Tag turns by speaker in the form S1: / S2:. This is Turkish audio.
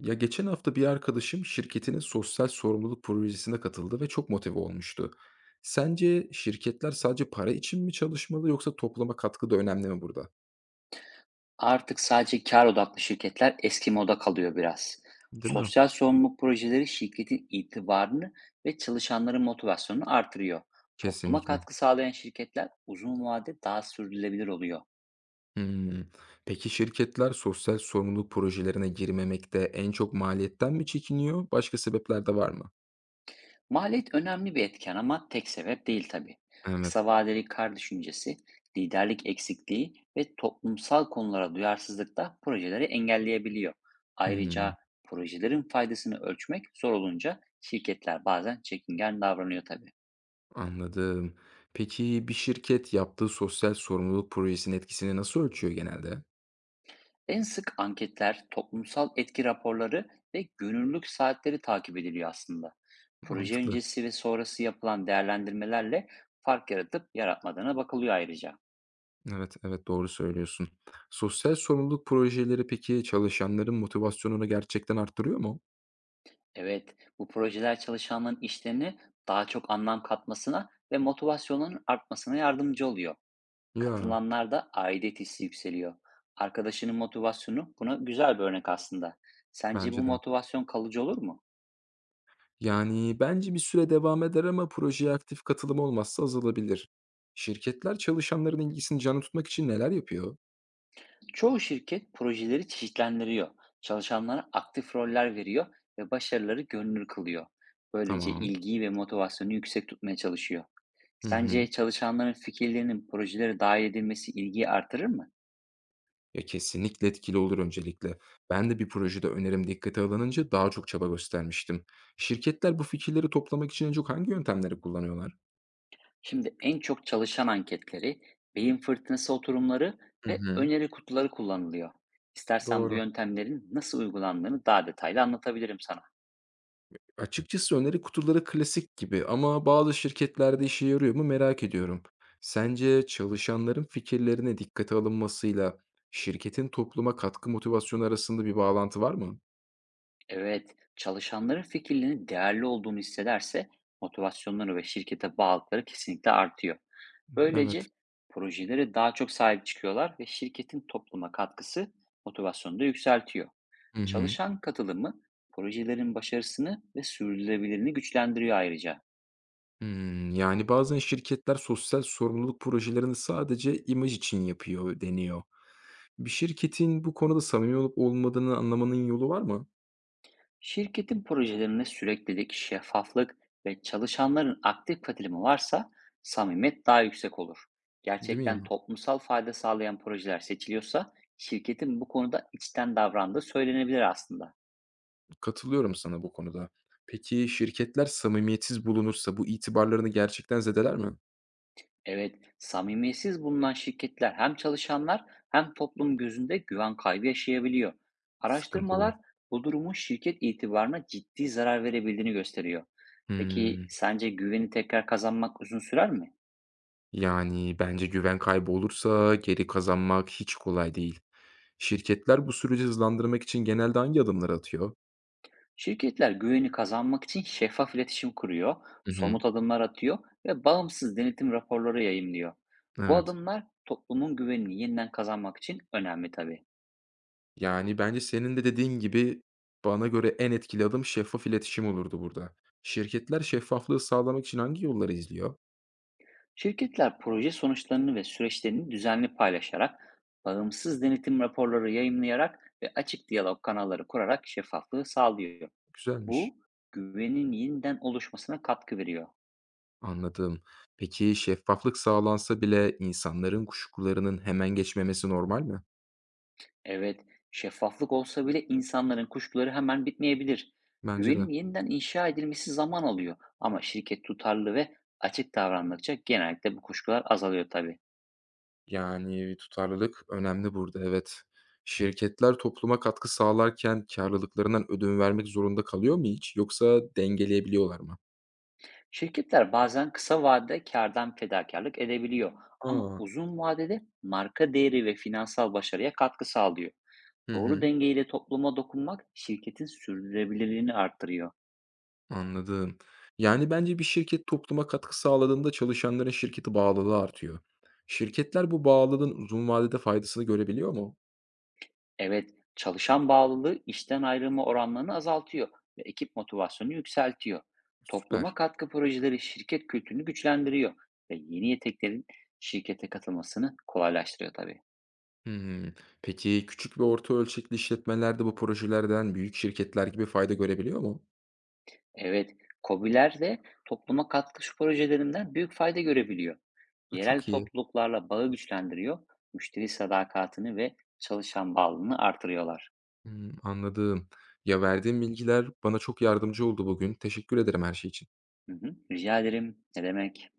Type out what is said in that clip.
S1: Ya geçen hafta bir arkadaşım şirketinin sosyal sorumluluk projesine katıldı ve çok motive olmuştu. Sence şirketler sadece para için mi çalışmalı yoksa topluma katkı da önemli mi burada?
S2: Artık sadece kar odaklı şirketler eski moda kalıyor biraz.
S1: Değil mi?
S2: Sosyal sorumluluk projeleri şirketin itibarını ve çalışanların motivasyonunu artırıyor. Topluma
S1: Kesinlikle.
S2: katkı sağlayan şirketler uzun vade daha sürdürülebilir oluyor.
S1: Hmm. Peki şirketler sosyal sorumluluk projelerine girmemekte en çok maliyetten mi çekiniyor? Başka sebepler de var mı?
S2: Maliyet önemli bir etken ama tek sebep değil tabii.
S1: Evet.
S2: Kısa vadeli kar düşüncesi, liderlik eksikliği ve toplumsal konulara duyarsızlık da projeleri engelleyebiliyor.
S1: Hmm,
S2: Ayrıca projelerin faydasını ölçmek zor olunca şirketler bazen çekingen davranıyor tabii.
S1: anladım. Peki bir şirket yaptığı sosyal sorumluluk projesinin etkisini nasıl ölçüyor genelde?
S2: En sık anketler, toplumsal etki raporları ve gönüllülük saatleri takip ediliyor aslında. Proje
S1: Mantıklı.
S2: öncesi ve sonrası yapılan değerlendirmelerle fark yaratıp yaratmadığına bakılıyor ayrıca.
S1: Evet, evet doğru söylüyorsun. Sosyal sorumluluk projeleri peki çalışanların motivasyonunu gerçekten arttırıyor mu?
S2: Evet, bu projeler çalışanların işlerine daha çok anlam katmasına ve motivasyonların artmasına yardımcı oluyor.
S1: Ya
S2: Katılanlar da aidiyet hissi yükseliyor. Arkadaşının motivasyonu buna güzel bir örnek aslında. Sence bu
S1: bence de.
S2: motivasyon kalıcı olur mu?
S1: Yani bence bir süre devam eder ama projeye aktif katılım olmazsa azalabilir. Şirketler çalışanların ilgisini canlı tutmak için neler yapıyor?
S2: Çoğu şirket projeleri çeşitlendiriyor, çalışanlara aktif roller veriyor ve başarıları görünür kılıyor. Böylece
S1: Tamam.
S2: ilgiyi ve motivasyonu yüksek tutmaya çalışıyor.
S1: Hı hı.
S2: Sence çalışanların fikirlerinin projelere dahil edilmesi ilgiyi artırır mı?
S1: Ya kesinlikle etkili olur öncelikle. Ben de bir projede önerim dikkate alınınca daha çok çaba göstermiştim. Şirketler bu fikirleri toplamak için en çok hangi yöntemleri kullanıyorlar?
S2: Şimdi en çok çalışan anketleri, beyin fırtınası oturumları
S1: Hı
S2: ve
S1: hı.
S2: öneri kutuları kullanılıyor. İstersen bu
S1: Doğru.
S2: yöntemlerin nasıl uygulandığını daha detaylı anlatabilirim sana.
S1: Açıkçası öneri kutuları klasik gibi ama bazı şirketlerde işe yarıyor mu merak ediyorum. Sence çalışanların fikirlerine dikkate alınmasıyla şirketin topluma katkı motivasyonu arasında bir bağlantı var mı?
S2: Evet, çalışanların fikirlerinin değerli olduğunu hissederse motivasyonları ve şirkete bağlılıkları kesinlikle artıyor.
S1: Evet.
S2: Böylece projelere daha çok sahip çıkıyorlar ve şirketin topluma katkısı motivasyonu da yükseltiyor.
S1: Hı hı.
S2: Çalışan katılımı projelerin başarısını ve sürdürülebilirliğini güçlendiriyor ayrıca.
S1: Hmm, yani bazen şirketler sosyal sorumluluk projelerini sadece imaj için yapıyor deniyor. Bir şirketin bu konuda samimi olup olmadığını anlamanın yolu var mı?
S2: Şirketin projelerinde süreklilik, şeffaflık ve çalışanların aktif katılımı varsa samimiyet daha yüksek olur.
S1: Değil mi ya?
S2: Gerçekten toplumsal fayda sağlayan projeler seçiliyorsa şirketin bu konuda içten davrandığı söylenebilir aslında.
S1: Katılıyorum sana bu konuda. Peki şirketler samimiyetsiz bulunursa bu itibarlarını gerçekten zedeler mi?
S2: Evet, samimiyetsiz bulunan şirketler hem çalışanlar hem toplum gözünde güven kaybı yaşayabiliyor.
S1: Sıkıntı bu.
S2: Araştırmalar bu durumun şirket itibarına ciddi zarar verebildiğini gösteriyor. Peki
S1: Hımm.
S2: sence güveni tekrar kazanmak uzun sürer mi?
S1: Yani bence güven kaybı olursa geri kazanmak hiç kolay değil. Şirketler bu süreci hızlandırmak için genelde hangi adımları atıyor?
S2: Şirketler güveni kazanmak için şeffaf iletişim kuruyor,
S1: Hı hı.
S2: somut adımlar atıyor ve bağımsız denetim raporları yayımlıyor. Bu
S1: Evet.
S2: adımlar toplumun güvenini yeniden kazanmak için önemli tabii.
S1: Yani bence senin de dediğin gibi bana göre en etkili adım şeffaf iletişim olurdu burada. Şirketler şeffaflığı sağlamak için hangi yolları izliyor?
S2: Şirketler proje sonuçlarını ve süreçlerini düzenli paylaşarak, bağımsız denetim raporları yayımlayarak ve açık diyalog kanalları kurarak şeffaflığı sağlıyor.
S1: Güzelmiş.
S2: Bu, güvenin yeniden oluşmasına katkı veriyor.
S1: Anladım. Peki şeffaflık sağlansa bile insanların kuşkularının hemen geçmemesi normal mi?
S2: Evet, şeffaflık olsa bile insanların kuşkuları hemen bitmeyebilir.
S1: Bence
S2: Güvenin
S1: de.
S2: yeniden inşa edilmesi zaman alıyor ama şirket tutarlı ve açık davrandıkça genellikle bu kuşkular azalıyor tabii.
S1: Yani tutarlılık önemli burada, evet. Şirketler topluma katkı sağlarken karlılıklarından ödün vermek zorunda kalıyor mu hiç? Yoksa dengeleyebiliyorlar mı?
S2: Şirketler bazen kısa vadede kârdan fedakarlık edebiliyor ama
S1: Aa,
S2: uzun vadede marka değeri ve finansal başarıya katkı sağlıyor.
S1: hı
S2: Doğru
S1: hı,
S2: dengeyle topluma dokunmak şirketin sürdürülebilirliğini arttırıyor.
S1: anladım. Yani bence bir şirket topluma katkı sağladığında çalışanların şirketi bağlılığı artıyor. Şirketler bu bağlılığın uzun vadede faydasını görebiliyor mu?
S2: Evet, çalışan bağlılığı işten ayrılma oranlarını azaltıyor ve ekip motivasyonunu yükseltiyor. Topluma
S1: Süper.
S2: katkı projeleri şirket kültürünü güçlendiriyor ve yeni yeteklerin şirkete katılmasını kolaylaştırıyor tabii.
S1: Hımm. Peki, küçük ve orta ölçekli işletmeler de bu projelerden büyük şirketler gibi fayda görebiliyor mu?
S2: Evet, KOBİ'ler de topluma katkı şu projelerinden büyük fayda görebiliyor.
S1: A,
S2: Yerel
S1: çok iyi.
S2: topluluklarla bağı güçlendiriyor, müşteri sadakatini ve çalışan bağlılığını artırıyorlar.
S1: Hımm, anladım. Ya, verdiğin bilgiler bana çok yardımcı oldu bugün. Teşekkür ederim her şey için.
S2: Hı hı, rica ederim. Ne demek?